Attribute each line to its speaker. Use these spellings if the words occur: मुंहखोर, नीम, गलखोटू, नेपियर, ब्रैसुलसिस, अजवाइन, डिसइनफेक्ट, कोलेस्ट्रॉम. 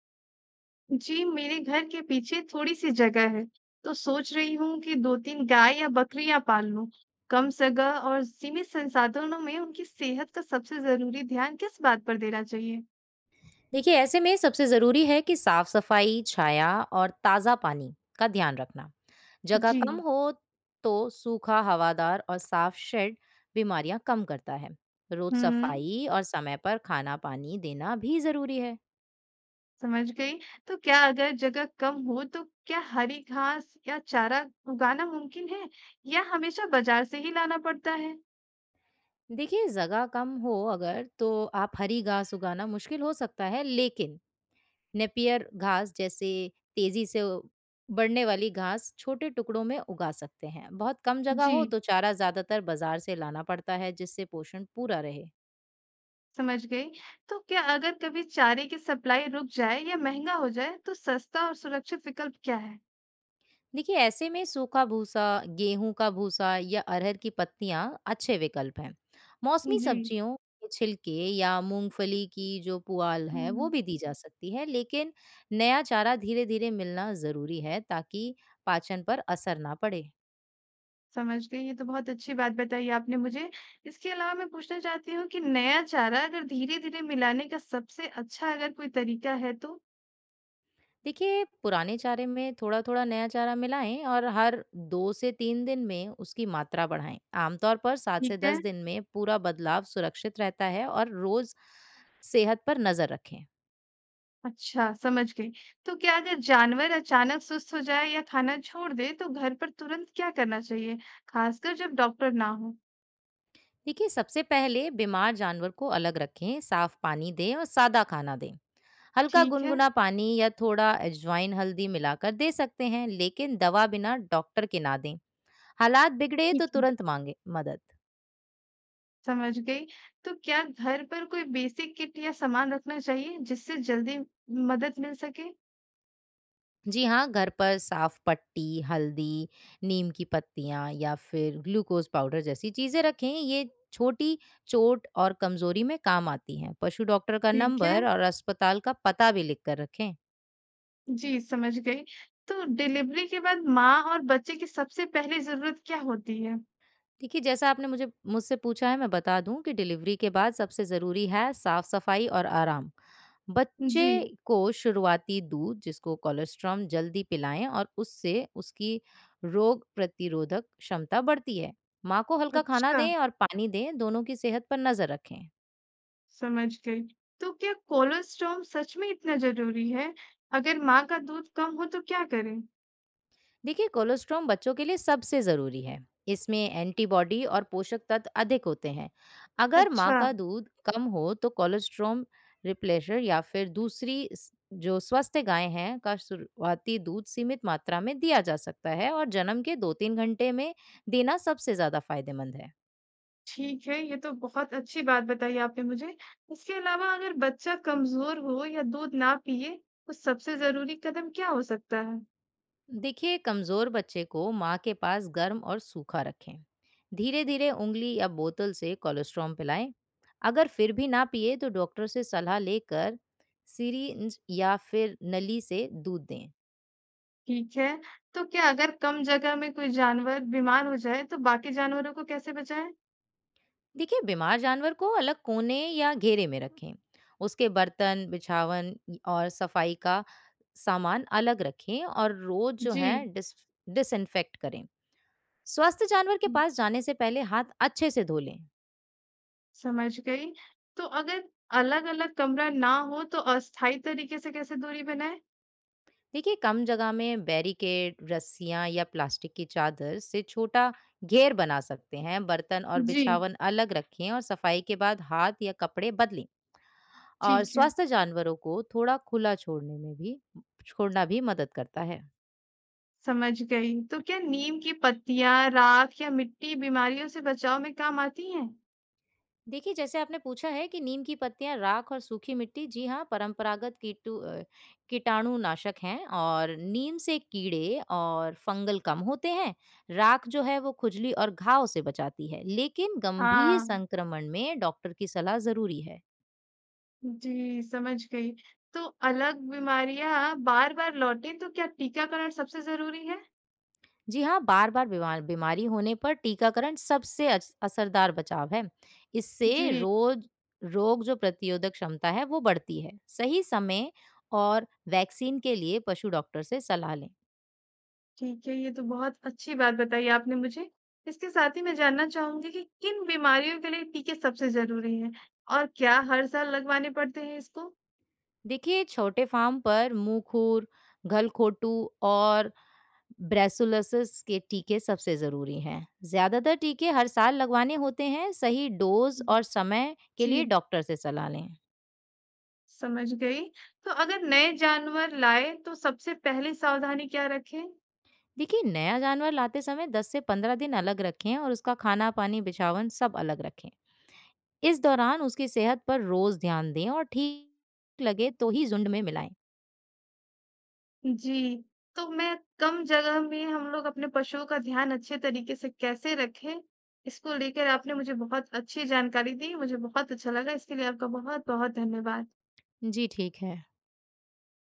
Speaker 1: जी, मेरे घर के पीछे थोड़ी-सी जगह है, तो सोच रही हूँ कि 2-3 गाय या बकरियाँ पाल लूँ। कम जगह और सीमित संसाधनों में उनकी सेहत का सबसे ज़रूरी ध्यान किस बात पर देना चाहिए?
Speaker 2: देखिए ऐसे में सबसे ज़रूरी है कि साफ सफाई, छाया और ताज़ा पानी का ध्यान रखना। जगह
Speaker 1: जी,
Speaker 2: कम हो तो सूखा, हवादार और साफ शेड बीमारियां कम करता है। रोज
Speaker 1: हुँ,
Speaker 2: सफाई और समय पर खाना पानी देना भी ज़रूरी है।
Speaker 1: समझ गई। तो क्या अगर जगह कम हो, तो क्या हरी घास या चारा उगाना मुमकिन है या हमेशा बाज़ार से ही लाना पड़ता है?
Speaker 2: देखिए जगह कम हो अगर तो आप हरी घास उगाना मुश्किल हो सकता है, लेकिन नेपियर घास जैसे तेजी से बढ़ने वाली घास छोटे टुकड़ों में उगा सकते हैं। बहुत कम जगह हो
Speaker 1: जी,
Speaker 2: तो चारा ज्यादातर बाजार से लाना पड़ता है जिससे पोषण पूरा रहे।
Speaker 1: समझ गई। तो क्या अगर कभी चारे की सप्लाई रुक जाए या महँगा हो जाए, तो सस्ता और सुरक्षित विकल्प क्या है?
Speaker 2: देखिए ऐसे में सूखा भूसा, गेहूं का भूसा या अरहर की पत्तियां अच्छे विकल्प हैं। मौसमी
Speaker 1: जी।
Speaker 2: सब्जियों के छिलके या मूंगफली की जो पुआल है वो
Speaker 1: हुँ,
Speaker 2: भी दी जा सकती है, लेकिन नया चारा धीरे धीरे मिलना जरूरी है ताकि पाचन पर असर ना पड़े।
Speaker 1: समझ गई, ये तो बहुत अच्छी बात बताई आपने मुझे। इसके अलावा मैं पूछना चाहती हूँ कि नया चारा अगर धीरे-धीरे मिलाने का सबसे अच्छा अगर कोई तरीका है तो?
Speaker 2: देखिए पुराने चारे में थोड़ा थोड़ा नया चारा मिलाएं और हर 2 से 3 दिन में उसकी मात्रा बढ़ाएं। आमतौर पर सात से
Speaker 1: ठीक
Speaker 2: दस
Speaker 1: है।
Speaker 2: दिन में पूरा बदलाव सुरक्षित रहता है और रोज सेहत पर नजर रखें।
Speaker 1: अच्छा, समझ गई। तो क्या अगर जानवर अचानक सुस्त हो जाए या खाना छोड़ दे तो घर पर तुरंत क्या करना चाहिए? खासकर जब डॉक्टर ना हो।
Speaker 2: देखिए सबसे पहले बीमार जानवर को अलग रखें, साफ पानी दें और सादा खाना दें। हल्का
Speaker 1: ठीक है,
Speaker 2: गुनगुना पानी या थोड़ा अजवाइन हल्दी मिलाकर दे सकते हैं, लेकिन दवा बिना डॉक्टर के ना दें। हालात बिगड़े
Speaker 1: ठीक
Speaker 2: तो
Speaker 1: है।
Speaker 2: तुरंत मांगे मदद।
Speaker 1: समझ गई। तो क्या घर पर कोई बेसिक किट या सामान रखना चाहिए जिससे जल्दी मदद मिल सके?
Speaker 2: जी हाँ, घर पर साफ पट्टी, हल्दी, नीम की पत्तियाँ या फिर ग्लूकोज़ पाउडर जैसी चीज़ें रखें। ये छोटी चोट और कमज़ोरी में काम आती हैं। पशु डॉक्टर का
Speaker 1: ठीक है।
Speaker 2: नंबर और अस्पताल का पता भी लिख कर रखें।
Speaker 1: जी, समझ गई। तो डिलीवरी के बाद माँ और बच्चे की सबसे पहली ज़रूरत क्या होती है?
Speaker 2: देखिए, जैसा आपने मुझे मुझसे पूछा है, मैं बता दूँ कि डिलीवरी के बाद सबसे ज़रूरी है साफ-सफाई और आराम।
Speaker 1: जी,
Speaker 2: बच्चे को शुरुआती दूध जिसको कोलेस्ट्रॉम जल्दी पिलाएं और उससे उसकी रोग प्रतिरोधक क्षमता बढ़ती है। माँ को हल्का खाना
Speaker 1: अच्छा,
Speaker 2: दें और पानी दें। दोनों की सेहत पर नजर रखें।
Speaker 1: समझ गई। तो क्या कोलोस्टोम सच में इतना ज़रूरी है? अगर माँ का दूध कम हो तो क्या करें?
Speaker 2: देखिए कोलेस्ट्रॉम बच्चों के लिए सबसे ज़रूरी है। इसमें एंटीबॉडी और पोषक तत्व अधिक होते हैं। अगर माँ
Speaker 1: अच्छा,
Speaker 2: का दूध कम हो तो कोलेस्ट्रॉम रिप्लेशर या फिर जो स्वस्थ गाय हैं का शुरुआती दूध सीमित मात्रा में दिया जा सकता है और जन्म के 2 3 घंटे में देना सबसे ज़्यादा फायदेमंद है।
Speaker 1: ठीक है, ये तो बहुत अच्छी बात बताई आपने मुझे। इसके अलावा अगर बच्चा कमज़ोर हो या दूध ना पिए, तो सबसे ज़रूरी कदम क्या हो सकता है?
Speaker 2: देखिए कमजोर बच्चे को माँ के पास गर्म और सूखा रखें। धीरे धीरे उंगली या बोतल से कोलेस्ट्रॉम पिलाएं। अगर फिर भी ना पिए तो डॉक्टर से सलाह लेकर सीरिंज या फिर नली से दूध दें।
Speaker 1: ठीक है, तो क्या अगर कम जगह में कोई जानवर बीमार हो जाए, तो बाकी जानवरों को कैसे बचाएं?
Speaker 2: देखिए बीमार जानवर को अलग कोने या घेरे में रखें। उसके बर्तन बिछावन और सफाई का सामान अलग रखें और रोज जो है
Speaker 1: जी,
Speaker 2: डिसइनफेक्ट करें। स्वस्थ जानवर के
Speaker 1: हुँ,
Speaker 2: पास जाने से पहले हाथ अच्छे से धो लें।
Speaker 1: समझ गई। तो अगर अलग-अलग कमरा ना हो तो अस्थायी तरीके से कैसे दूरी बनाएँ?
Speaker 2: देखिए कम जगह में बैरिकेड रस्सियां या प्लास्टिक की चादर से छोटा घेर बना सकते हैं। बर्तन और
Speaker 1: जी,
Speaker 2: बिछावन अलग रखें और सफाई के बाद हाथ या कपड़े बदलें, और
Speaker 1: ठीक है,
Speaker 2: स्वस्थ जानवरों को थोड़ा खुला छोड़ने में भी छोड़ना भी मदद करता है।
Speaker 1: समझ गई। तो क्या नीम की पत्तियाँ, राख या मिट्टी बीमारियों से बचाव में काम आती हैं?
Speaker 2: देखिए जैसे आपने पूछा है कि नीम की पत्तियां, राख और सूखी मिट्टी, जी हाँ, परंपरागत कीटाणुनाशक हैं और नीम से कीड़े और फंगल कम होते हैं। राख जो है वो खुजली और घाव से बचाती है, लेकिन गंभीर
Speaker 1: हाँ,
Speaker 2: संक्रमण में डॉक्टर की सलाह जरूरी है।
Speaker 1: जी, समझ गई। तो अलग बीमारियाँ बार-बार लौटें तो क्या टीकाकरण सबसे ज़रूरी है?
Speaker 2: जी हाँ, बार बार बीमारी होने पर टीकाकरण सबसे असरदार बचाव है। इससे
Speaker 1: जी।
Speaker 2: रोज रोग जो प्रतिरोधक क्षमता है वो बढ़ती है। सही समय और वैक्सीन के लिए पशु डॉक्टर से सलाह लें।
Speaker 1: ठीक है, ये तो बहुत अच्छी बात बताई आपने मुझे। इसके साथ ही मैं जानना चाहूँगी कि किन बीमारियों के लिए टीके सबसे ज़रूरी हैं और क्या हर साल लगवाने पड़ते हैं इसको?
Speaker 2: देखिए छोटे फार्म पर मुंहखोर, गलखोटू और ब्रैसुलसिस के टीके सबसे ज़रूरी हैं। ज़्यादातर टीके हर साल लगवाने होते हैं। सही डोज और समय के लिए
Speaker 1: जी,
Speaker 2: डॉक्टर से सलाह लें।
Speaker 1: समझ गई। तो अगर नए जानवर लाए तो सबसे पहली सावधानी क्या रखें?
Speaker 2: देखिए नया जानवर लाते समय 10 से 15 दिन अलग रखें और उसका खाना पानी बिछावन सब अलग रखें। इस दौरान उसकी सेहत पर रोज़ ध्यान दें और ठीक लगे तो ही झुंड में मिलाएं।
Speaker 1: जी, तो मैं कम जगह में हम लोग अपने पशुओं का ध्यान अच्छे तरीके से कैसे रखें? इसको लेकर आपने मुझे बहुत अच्छी जानकारी दी, मुझे बहुत अच्छा लगा। इसके लिए आपका बहुत-बहुत धन्यवाद।
Speaker 2: जी ठीक है।